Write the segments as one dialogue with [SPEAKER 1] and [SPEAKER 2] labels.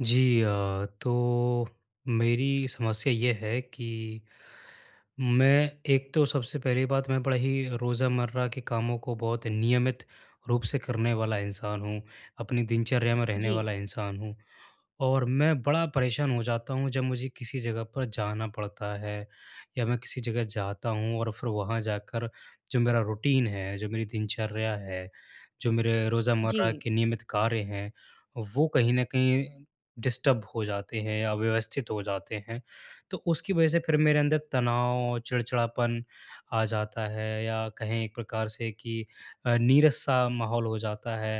[SPEAKER 1] जी। तो मेरी समस्या ये है कि मैं, एक तो सबसे पहली बात, मैं बड़ा ही रोज़मर्रा के कामों को बहुत नियमित रूप से करने वाला इंसान हूँ, अपनी दिनचर्या में रहने
[SPEAKER 2] जी।
[SPEAKER 1] वाला इंसान हूँ। और मैं बड़ा परेशान हो जाता हूँ जब मुझे किसी जगह पर जाना पड़ता है या मैं किसी जगह जाता हूँ और फिर वहाँ जाकर जो मेरा रूटीन है, जो मेरी दिनचर्या है, जो मेरे रोज़मर्रा
[SPEAKER 2] जी।
[SPEAKER 1] के नियमित कार्य हैं, वो कहीं न कहीं डिस्टर्ब हो जाते हैं, अव्यवस्थित हो जाते हैं। तो उसकी वजह से फिर मेरे अंदर तनाव, चिड़चिड़ापन आ जाता है, या कहें एक प्रकार से कि नीरस-सा माहौल हो जाता है,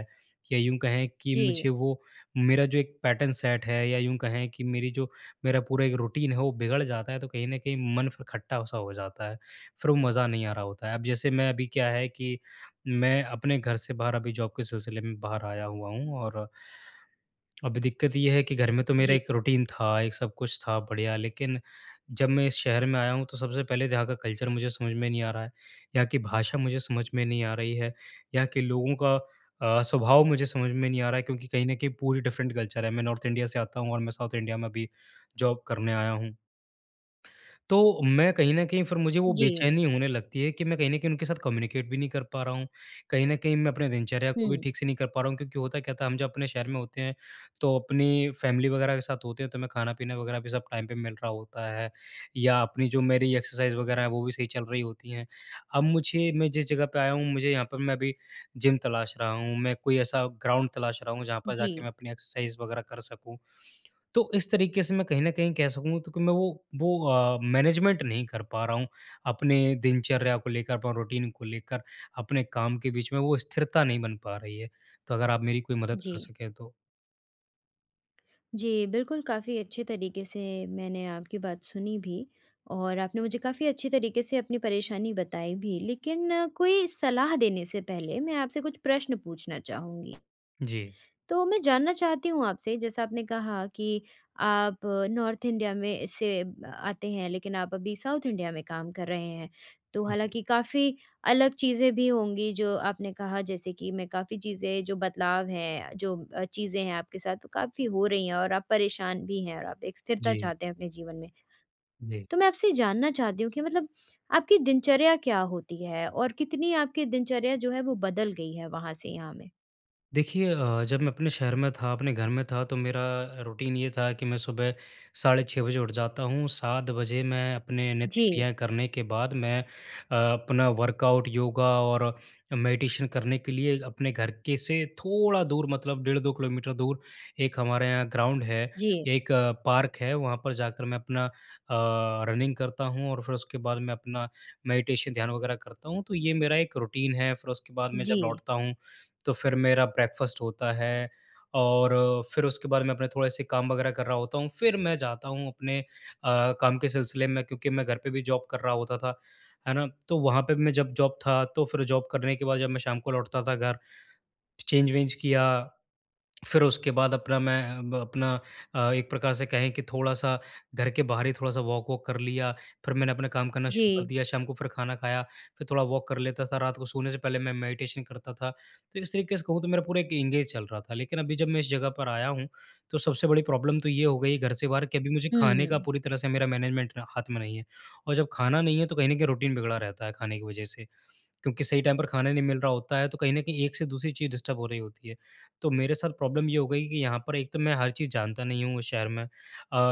[SPEAKER 1] या यूँ कहें कि
[SPEAKER 2] जी।
[SPEAKER 1] मुझे वो मेरा जो एक पैटर्न सेट है, या यूँ कहें कि मेरी जो मेरा पूरा एक रूटीन है वो बिगड़ जाता है, तो कहीं न कहीं मन फिर खट्टा-सा हो जाता है। फिर वो मज़ा नहीं आ रहा होता है। अब जैसे मैं अभी क्या है कि मैं अपने घर से बाहर अभी जॉब के सिलसिले में बाहर आया हुआ हूँ, और अभी दिक्कत ये है कि घर में तो मेरा
[SPEAKER 2] जी।
[SPEAKER 1] एक रूटीन था, एक सब कुछ था बढ़िया, लेकिन जब मैं इस शहर में आया हूँ तो सबसे पहले तो यहाँ का कल्चर मुझे समझ में नहीं आ रहा है, यहाँ की भाषा मुझे समझ में नहीं आ रही है, यहाँ के लोगों का स्वभाव मुझे समझ में नहीं आ रहा है, क्योंकि कहीं न कहीं पूरी डिफरेंट कल्चर है। मैं नॉर्थ इंडिया से आता हूँ और मैं साउथ इंडिया में अभी जॉब करने आया हूँ। तो मैं कहीं न कहीं फिर मुझे वो
[SPEAKER 2] जी।
[SPEAKER 1] बेचैनी होने लगती है कि मैं कहीं न कहीं उनके साथ कम्युनिकेट भी नहीं कर पा रहा हूँ। कहीं न कहीं मैं अपने दिनचर्या को भी
[SPEAKER 2] हुँ।
[SPEAKER 1] ठीक से नहीं कर पा रहा हूँ, क्योंकि होता क्या था हम जब अपने शहर में होते हैं, तो अपनी फैमिली वगैरह के साथ होते हैं तो हमें खाना-पीना वगैरह भी सब टाइम पे मिल रहा होता है, या अपनी जो मेरी एक्सरसाइज़ वगैरह है वो भी सही चल रही होती हैं। अब मुझे मैं जिस जगह पे आया हूँ मुझे यहाँ पर मैं अभी जिम तलाश रहा हूँ, मैं कोई ऐसा ग्राउंड तलाश रहा हूँ जहाँ पर जाके
[SPEAKER 2] जी।
[SPEAKER 1] मैं अपनी एक्सरसाइज़ वगैरह कर सकूँ। तो इस तरीके से मैं कहीं न कहीं कह सकूँ तो कि मैं वो मैनेजमेंट नहीं कर पा रहा हूँ, अपने दिनचर्या को लेकर, अपना रूटीन को लेकर, अपने काम के बीच में वो स्थिरता नहीं बन पा रही है। तो अगर आप मेरी कोई मदद
[SPEAKER 2] जी।
[SPEAKER 1] कर सकें तो?
[SPEAKER 2] जी, बिल्कुल काफ़ी अच्छे तरीके से मैंने आपकी बात सुनी भी और आपने मुझे काफ़ी अच्छे तरीके से अपनी परेशानी बताई भी। लेकिन कोई सलाह देने से पहले मैं आपसे कुछ प्रश्न पूछना चाहूँगी।
[SPEAKER 1] जी।
[SPEAKER 2] तो मैं जानना चाहती हूँ आपसे जैसा आपने कहा कि आप नॉर्थ इंडिया में से आते हैं, लेकिन आप अभी साउथ इंडिया में काम कर रहे हैं। तो
[SPEAKER 1] जी।
[SPEAKER 2] हालाँकि काफ़ी अलग चीज़ें भी होंगी जो आपने कहा, जैसे कि मैं काफ़ी चीज़ें जो बदलाव हैं, जो चीज़ें हैं आपके साथ, वो काफ़ी हो रही हैं और आप परेशान भी हैं और आप एक स्थिरता
[SPEAKER 1] जी।
[SPEAKER 2] चाहते हैं अपने जीवन में।
[SPEAKER 1] जी।
[SPEAKER 2] तो मैं आपसे जानना चाहती हूँ कि मतलब आपकी दिनचर्या क्या होती है? और कितनी आपकी दिनचर्या जो है वो बदल गई है वहाँ से यहाँ में?
[SPEAKER 1] देखिए, जब मैं अपने शहर में था, अपने घर में था तो मेरा रूटीन ये था कि मैं सुबह साढ़े 6 बजे उठ जाता हूँ, 7 बजे मैं अपने नित्य
[SPEAKER 2] जी।
[SPEAKER 1] क्रियाएँ करने के बाद मैं अपना वर्कआउट, योगा और मेडिटेशन करने के लिए अपने घर के से थोड़ा दूर मतलब डेढ़ 2 किलोमीटर दूर एक हमारे यहाँ ग्राउंड है,
[SPEAKER 2] जी।
[SPEAKER 1] एक पार्क है, वहाँ पर जाकर मैं अपना रनिंग करता हूँ और फिर उसके बाद मैं अपना मेडिटेशन ध्यान वगैरह करता हूँ। तो ये मेरा एक रूटीन है, फिर उसके बाद मैं
[SPEAKER 2] जी।
[SPEAKER 1] जब लौटता हूँ तो फिर मेरा ब्रेकफ़ास्ट होता है, और फिर उसके बाद मैं अपने थोड़े-से काम वगैरह कर रहा होता हूँ। फिर मैं जाता हूँ अपने काम के सिलसिले में, क्योंकि मैं घर पे भी जॉब कर रहा होता था, है ना? तो वहाँ पे भी मैं जब जॉब था, तो फिर जॉब करने के बाद जब मैं शाम को लौटता था घर, चेंज-वेंज किया, फिर उसके बाद अपना मैं ब अपना अ, एक प्रकार से कहें कि थोड़ा-सा घर के बाहर ही थोड़ा-सा वॉक-वॉक कर लिया, फिर मैंने अपना काम करना शुरू कर
[SPEAKER 2] जी।
[SPEAKER 1] दिया, शाम को फिर खाना खाया, फिर थोड़ा वॉक कर लेता था, रात को सोने से पहले मैं मेडिटेशन करता था। तो इस तरीके से कहूँ तो मेरा पूरा एक एंगेज चल रहा था, लेकिन अभी जब मैं इस जगह पर आया हूँ, तो सबसे बड़ी प्रॉब्लम तो ये हो गई घर से बाहर कि अभी मुझे खाने का
[SPEAKER 2] हुँ।
[SPEAKER 1] पूरी तरह से मेरा मैनेजमेंट हाथ में नहीं है, और जब खाना नहीं है तो कहीं न कहीं रूटीन बिगड़ा रहता है खाने की वजह से। क्योंकि सही टाइम पर खाना नहीं मिल रहा होता है, तो कहीं न कहीं एक से दूसरी चीज़ डिस्टर्ब हो रही होती है। तो मेरे साथ प्रॉब्लम ये हो गई कि यहाँ पर एक तो मैं हर चीज़ जानता नहीं हूँ उस शहर में।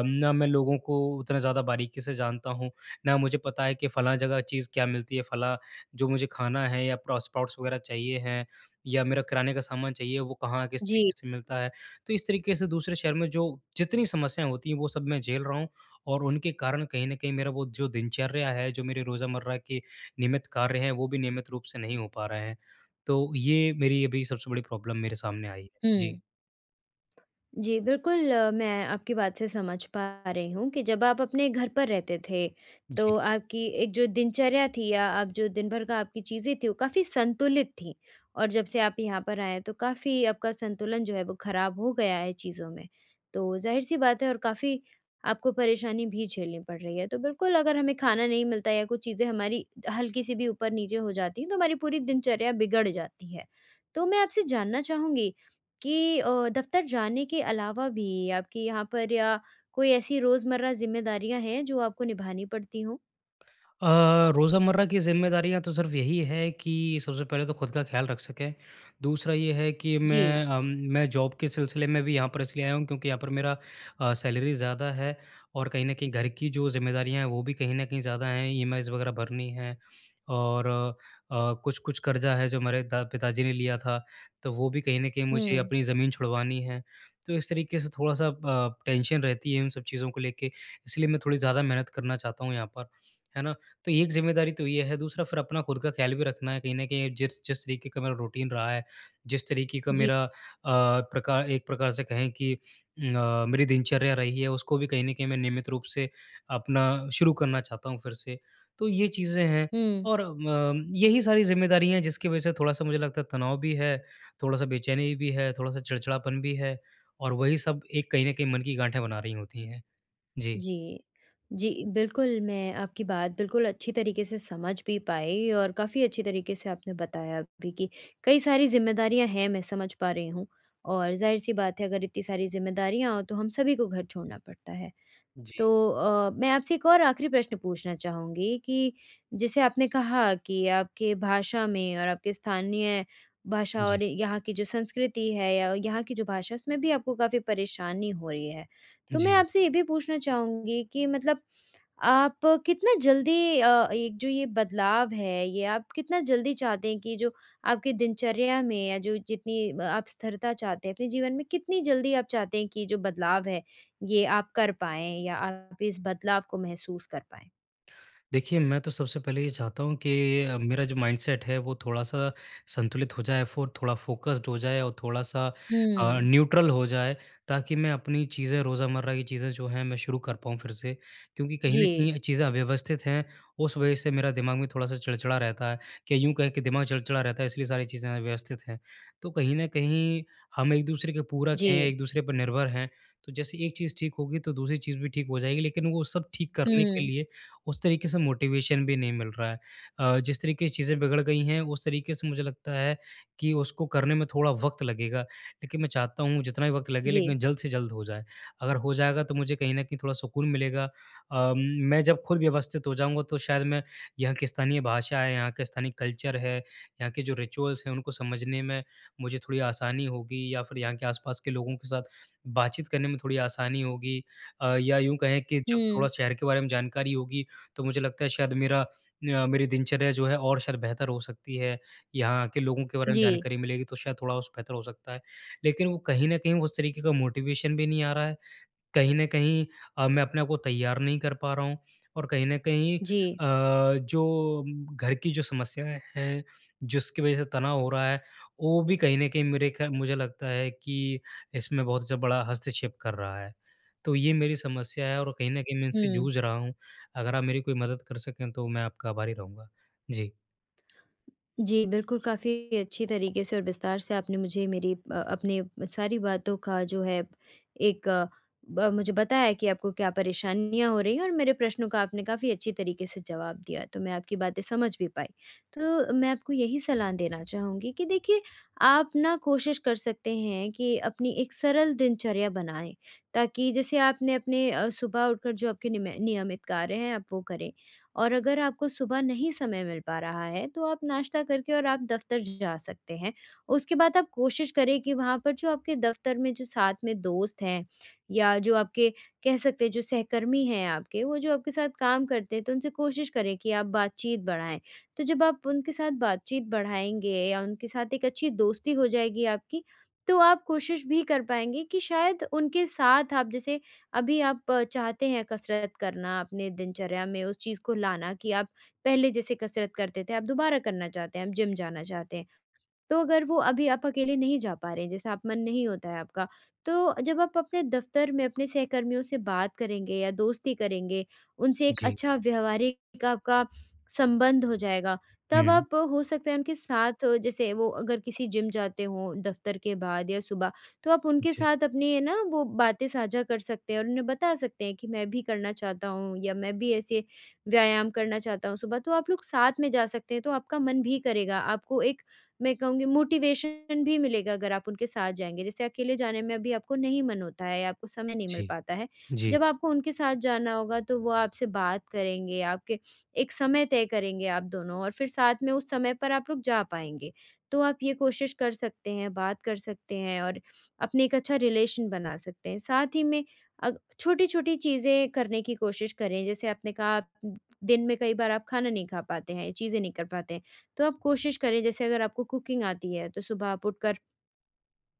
[SPEAKER 1] ना मैं लोगों को उतना ज़्यादा बारीकी से जानता हूँ, ना मुझे पता है कि फलाँ जगह चीज़ क्या मिलती है, फलाँ जो मुझे खाना है या प्रो स्प्राउट्स वगैरह चाहिए हैं, या मेरा किराने का सामान चाहिए, वो कहाँ किस
[SPEAKER 2] जी।
[SPEAKER 1] तरीके से मिलता है। तो इस तरीके से दूसरे शहर में जो जितनी समस्याएँ होती हैं, वो सब मैं झेल रहा हूँ, और उनके कारण कहीं न कहीं मेरा वो जो दिनचर्या है, जो मेरे रोज़मर्रा की नियमित कार्य हैं, वो भी नियमित रूप से नहीं हो पा रहे हैं। तो ये मेरी अभी सबसे बड़ी प्रॉब्लम मेरे सामने आई है। जी।
[SPEAKER 2] हुँ। जी, बिल्कुल मैं आपकी बात से समझ पा रही हूँ कि जब आप अपने घर पर रहते थे,
[SPEAKER 1] जी।
[SPEAKER 2] तो आपकी एक जो दिनचर्या थी या आप जो दिन भर का आपकी चीज़ें थी, वो काफ़ी संतुलित थी। और जब से आप यहाँ पर आए हैं, तो काफ़ी आपका संतुलन जो है वो खराब हो गया है चीज़ों में। तो ज़ाहिर-सी बात है और काफ़ी आपको परेशानी भी झेलनी पड़ रही है। तो बिल्कुल, अगर हमें खाना नहीं मिलता या कुछ चीज़ें हमारी हल्की-सी भी ऊपर-नीचे हो जाती हैं, तो हमारी पूरी दिनचर्या बिगड़ जाती है। तो मैं आपसे जानना चाहूँगी कि दफ़्तर जाने के अलावा भी आपके यहाँ पर या कोई ऐसी रोज़मर्रा ज़िम्मेदारियाँ हैं जो आपको निभानी पड़ती हों?
[SPEAKER 1] रोज़मर्रा की ज़िम्मेदारियाँ तो सिर्फ़ यही है कि सबसे पहले तो खुद का ख़्याल रख सकें। दूसरा ये है कि
[SPEAKER 2] जी।
[SPEAKER 1] मैं जॉब के सिलसिले में भी यहाँ पर इसलिए आया हूँ क्योंकि यहाँ पर मेरा सैलरी ज़्यादा है, और कहीं न कहीं घर की जो ज़िम्मेदारियाँ हैं वो भी कहीं न कहीं ज़्यादा हैं, ईएमआईज़ वग़ैरह भरनी है, और कुछ-कुछ कर्ज़ा है जो हमारे दा पिताजी ने लिया था, तो वो भी कहीं न कहीं मुझे
[SPEAKER 2] हुँ।
[SPEAKER 1] अपनी ज़मीन छुड़वानी है। तो इस तरीके से थोड़ा-सा टेंशन रहती है इन सब चीज़ों को लेके, इसलिए मैं थोड़ी ज़्यादा मेहनत करना चाहता हूँ यहाँ पर, है ना? तो एक ज़िम्मेदारी तो ये है, दूसरा फिर अपना खुद का ख़्याल भी रखना है, कहीं न कहीं जिस जिस तरीके का मेरा रूटीन रहा है, जिस तरीके का
[SPEAKER 2] जी।
[SPEAKER 1] मेरा अ, प्रकार एक प्रकार से कहें कि मेरी दिनचर्या रही है, उसको भी कहीं न कहीं मैं नियमित रूप से अपना शुरू करना चाहता हूँ फिर से। तो ये चीज़ें हैं,
[SPEAKER 2] हुँ।
[SPEAKER 1] और म यही सारी ज़िम्मेदारियाँ हैं जिसकी वज़ह से थोड़ा-सा मुझे लगता है तनाव भी है, थोड़ा-सा बेचैनी भी है, थोड़ा-सा चिड़चिड़ापन भी है, और वही सब एक कहीं न कहीं मन की गाँठें बना रही होती हैं। जी।
[SPEAKER 2] जी। जी, बिल्कुल मैं आपकी बात बिल्कुल अच्छी तरीके से समझ भी पाई और काफ़ी अच्छी तरीके से आपने बताया भी कि कई सारी ज़िम्मेदारियाँ हैं, मैं समझ पा रही हूँ। और ज़ाहिर-सी बात है, अगर इतनी सारी ज़िम्मेदारियाँ हों तो हम सभी को घर छोड़ना पड़ता है।
[SPEAKER 1] जी।
[SPEAKER 2] तो मैं आपसे एक और आखिरी प्रश्न पूछना चाहूँगी कि जैसे आपने कहा कि आपके भाषा में और आपके स्थानीय भाषा
[SPEAKER 1] जी।
[SPEAKER 2] और यहाँ की जो संस्कृति है या यहाँ की जो भाषा है, उसमें भी आपको काफ़ी परेशानी हो रही है। तो मैं
[SPEAKER 1] जी।
[SPEAKER 2] आपसे ये भी पूछना चाहूँगी कि मतलब आप कितना जल्दी, एक जो ये बदलाव है, ये आप कितना जल्दी चाहते हैं कि जो आपकी दिनचर्या में या जो जितनी आप स्थिरता चाहते हैं अपने जीवन में, कितनी जल्दी आप चाहते हैं कि जो बदलाव है, ये आप कर पाएँ या आप इस बदलाव को महसूस कर पाएँ?
[SPEAKER 1] देखिए, मैं तो सबसे पहले ये चाहता हूँ कि मेरा जो माइंडसेट है वो थोड़ा-सा संतुलित हो जाए फ़ोर थोड़ा फ़ोकस्ड हो जाए और थोड़ा-सा
[SPEAKER 2] हुँ।
[SPEAKER 1] न्यूट्रल हो जाए, ताकि मैं अपनी चीज़ें रोज़मर्रा की चीज़ें जो हैं मैं शुरू कर पाऊँ फिर से। क्योंकि कहीं न कहीं
[SPEAKER 2] जी।
[SPEAKER 1] ये चीज़ें अव्यवस्थित हैं, उस वजह से मेरा दिमाग में थोड़ा-सा चिड़चिड़ा रहता है, कि यूँ कहें कि दिमाग चिड़चिड़ा रहता है इसलिए सारी चीज़ें अव्यवस्थित हैं। तो कहीं न कहीं हम एक-दूसरे के पूरक
[SPEAKER 2] जी।
[SPEAKER 1] हैं, एक-दूसरे पर निर्भर हैं, तो जैसे एक चीज़ ठीक होगी तो दूसरी चीज़ भी ठीक हो जाएगी, लेकिन वो सब ठीक करने के
[SPEAKER 2] हुँ।
[SPEAKER 1] लिए उस तरीके से मोटिवेशन भी नहीं मिल रहा है। जिस तरीके से चीज़ें बिगड़ गई हैं उस तरीके से मुझे लगता है कि उसको करने में थोड़ा वक़्त लगेगा। लेकिन मैं चाहता हूँ जितना भी वक़्त लगे
[SPEAKER 2] जी।
[SPEAKER 1] लेकिन जल्द से जल्द हो जाए। अगर हो जाएगा तो मुझे कहीं न कहीं थोड़ा सुकून मिलेगा। अम, मैं जब खुद व्यवस्थित हो जाऊँगा तो शायद मैं यहाँ की स्थानीय भाषा है, यहाँ का स्थानीय कल्चर है, यहाँ के जो रिचुअल्स हैं उनको समझने में मुझे थोड़ी आसानी होगी, या फिर यहाँ के आस-पास के लोगों के साथ बातचीत करने में थोड़ी आसानी होगी। या यूँ कहें कि जब
[SPEAKER 2] हुँ।
[SPEAKER 1] थोड़ा शहर के बारे में जानकारी होगी तो मुझे लगता है शायद मेरी दिनचर्या जो है और शायद बेहतर हो सकती है। यहाँ के लोगों के बारे में
[SPEAKER 2] जी।
[SPEAKER 1] जानकारी मिलेगी तो शायद थोड़ा-बहुत बेहतर हो सकता है। लेकिन वो कहीं न कहीं उस तरीके का मोटिवेशन भी नहीं आ रहा है। कहीं न कहीं मैं अपने आप को तैयार नहीं कर पा रहा हूँ, और कहीं न कहीं
[SPEAKER 2] जी। जी।
[SPEAKER 1] घर की जो समस्याएँ हैं, जिसकी वज़ह से तनाव हो रहा है, वो भी कहीं न कहीं मेरे ख मुझे लगता है कि इसमें बहुत ज़्या बड़ा हस्तक्षेप कर रहा है। तो ये मेरी समस्या है और कहीं न कहीं मैं इनसे
[SPEAKER 2] हुँ।
[SPEAKER 1] जूझ रहा हूँ। अगर आप मेरी कोई मदद कर सकें तो मैं आपका आभारी रहूँगा। जी।
[SPEAKER 2] जी, बिल्कुल, काफ़ी अच्छी तरीके से और विस्तार से आपने मुझे मेरी अपनी सारी बातों का जो है, एक अ, ब मुझे बताया कि आपको क्या परेशानियाँ हो रही हैं, और मेरे प्रश्नों का आपने काफ़ी अच्छी तरीके से जवाब दिया, तो मैं आपकी बातें समझ भी पाई। तो मैं आपको यही सलाह देना चाहूँगी कि देखिए, आप ना कोशिश कर सकते हैं कि अपनी एक सरल दिनचर्या बनाएँ, ताकि जैसे आपने अपने, सुबह उठकर जो आपके निम नियमित कार्य हैं, आप वो करें। और अगर आपको सुबह नहीं समय मिल पा रहा है, तो आप नाश्ता करके और आप दफ्तर जा सकते हैं। उसके बाद आप कोशिश करें कि वहाँ पर जो आपके दफ्तर में जो साथ में दोस्त हैं या जो आपके, कह सकते हैं, जो सहकर्मी हैं आपके, वो जो आपके साथ काम करते हैं, तो उनसे कोशिश करें कि आप बातचीत बढ़ाएँ। तो जब आप उनके साथ बातचीत बढ़ाएँगे या उनके साथ एक अच्छी दोस्ती हो जाएगी आपकी, तो आप कोशिश भी कर पाएँगे कि शायद उनके साथ आप जैसे अभी आप चाहते हैं कसरत करना, अपने दिनचर्या में उस चीज़ को लाना कि आप पहले जैसे कसरत करते थे आप दोबारा करना चाहते हैं, आप जिम जाना चाहते हैं। तो अगर वो अभी आप अकेले नहीं जा पा रहे हैं, जैसे आप मन नहीं होता है आपका, तो जब आप अपने दफ़्तर में अपने सहकर्मियों से बात करेंगे या दोस्ती करेंगे, उनसे एक
[SPEAKER 1] जी।
[SPEAKER 2] अच्छा व्यावहारिक आपका संबंध हो जाएगा, तब
[SPEAKER 1] हुँ।
[SPEAKER 2] आप हो सकता है उनके साथ, जैसे वो अगर किसी जिम जाते हों दफ़्तर के बाद या सुबह, तो आप उनके
[SPEAKER 1] जी।
[SPEAKER 2] साथ अपनी, है ना, वो बातें साझा कर सकते हैं और उन्हें बता सकते हैं कि मैं भी करना चाहता हूँ या मैं भी ऐसे व्यायाम करना चाहता हूँ सुबह, तो आप लोग साथ में जा सकते हैं, तो आपका मन भी करेगा, आपको एक, मैं कहूँगी, मोटिवेशन भी मिलेगा अगर आप उनके साथ जाएँगे। जैसे अकेले जाने में अभी आपको नहीं मन होता है या आपको समय नहीं मिल
[SPEAKER 1] जी।
[SPEAKER 2] पाता है।
[SPEAKER 1] जी।
[SPEAKER 2] जब आपको उनके साथ जाना होगा तो वो आपसे बात करेंगे, आपके एक समय तय करेंगे आप दोनों और फिर साथ में उस समय पर आप लोग जा पाएँगे। तो आप ये कोशिश कर सकते हैं, बात कर सकते हैं और अपने एक अच्छा रिलेशन बना सकते हैं। साथ ही में अ, छोटी-छोटी चीज़ें करने की कोशिश करें। जैसे आपने कहा, आप दिन में कई बार आप खाना नहीं खा पाते हैं, ये चीज़ें नहीं कर पाते हैं। तो आप कोशिश करें, जैसे अगर आपको कुकिंग आती है तो सुबह आप उठकर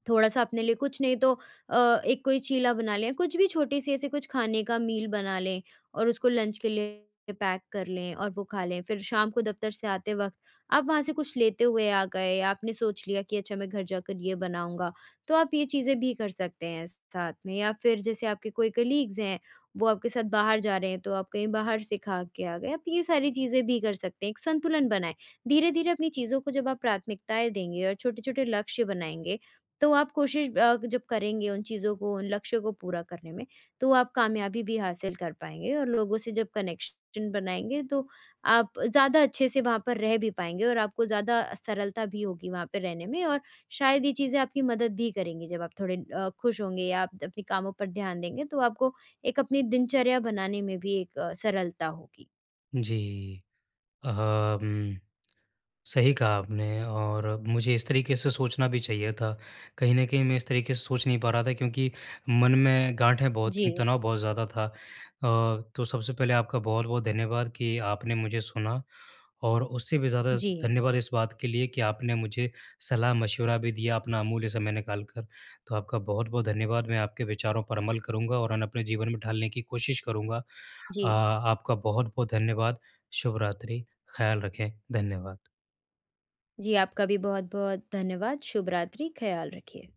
[SPEAKER 2] थोड़ा-सा अपने लिए, कुछ नहीं तो एक कोई चीला बना लें, कुछ भी छोटी-सी ऐसे कुछ खाने का मील बना लें और उसको लंच के लिए पैक कर लें और वो खा लें। फिर शाम को दफ्तर से आते वक़्त आप वहाँ से कुछ लेते हुए आ गए, आपने सोच लिया कि अच्छा मैं घर जाकर ये बनाऊँगा, तो आप ये चीज़ें भी कर सकते हैं साथ में। या फिर जैसे आपके कोई कलीग्स हैं, वो आपके साथ बाहर जा रहे हैं, तो आप कहीं बाहर से खा के आ गए, आप ये सारी चीज़ें भी कर सकते हैं। एक संतुलन बनाएँ, धीरे-धीरे अपनी चीज़ों को जब आप प्राथमिकताएँ देंगे और छोटे-छोटे लक्ष्य बनाएँगे, तो आप कोशिश जब करेंगे उन चीज़ों को, उन लक्ष्यों को पूरा करने में, तो आप कामयाबी भी हासिल कर पाएँगे और लोगों से जब कनेक्शन बनाएँगे, तो आप ज़्यादा अच्छे से वहाँ पर रह भी पाएँगे और आपको ज़्यादा सरलता भी होगी वहाँ पे रहने में, और शायद ये चीज़ें आपकी मदद भी करेंगी। जब आप थोड़े खुश होंगे या आप अपने कामों पर ध्यान देंगे, तो आपको एक अपनी दिनचर्या बनाने में भी एक सरलता होगी।
[SPEAKER 1] जी। अहम सही कहा आपने और मुझे इस तरीके से सोचना भी चाहिए था। कहीं न कहीं मैं इस तरीके से सोच नहीं पा रहा था क्योंकि मन में गाँठें बहुत थीं,
[SPEAKER 2] जी।
[SPEAKER 1] तनाव बहुत ज़्यादा था। तो सबसे पहले आपका बहुत-बहुत धन्यवाद कि आपने मुझे सुना, और उससे भी ज़्यादा
[SPEAKER 2] जी।
[SPEAKER 1] धन्यवाद इस बात के लिए कि आपने मुझे सलाह-मशवरा भी दिया अपना अमूल्य समय निकाल कर। तो आपका बहुत-बहुत धन्यवाद। मैं आपके विचारों पर अमल करूँगा और उन्हें अपने जीवन में ढालने की कोशिश करूँगा।
[SPEAKER 2] जी।
[SPEAKER 1] आपका बहुत-बहुत धन्यवाद। शुभ रात्रि। ख़्याल रखें। धन्यवाद।
[SPEAKER 2] जी, आपका भी बहुत-बहुत धन्यवाद। शुभ रात्रि, ख़्याल रखिए।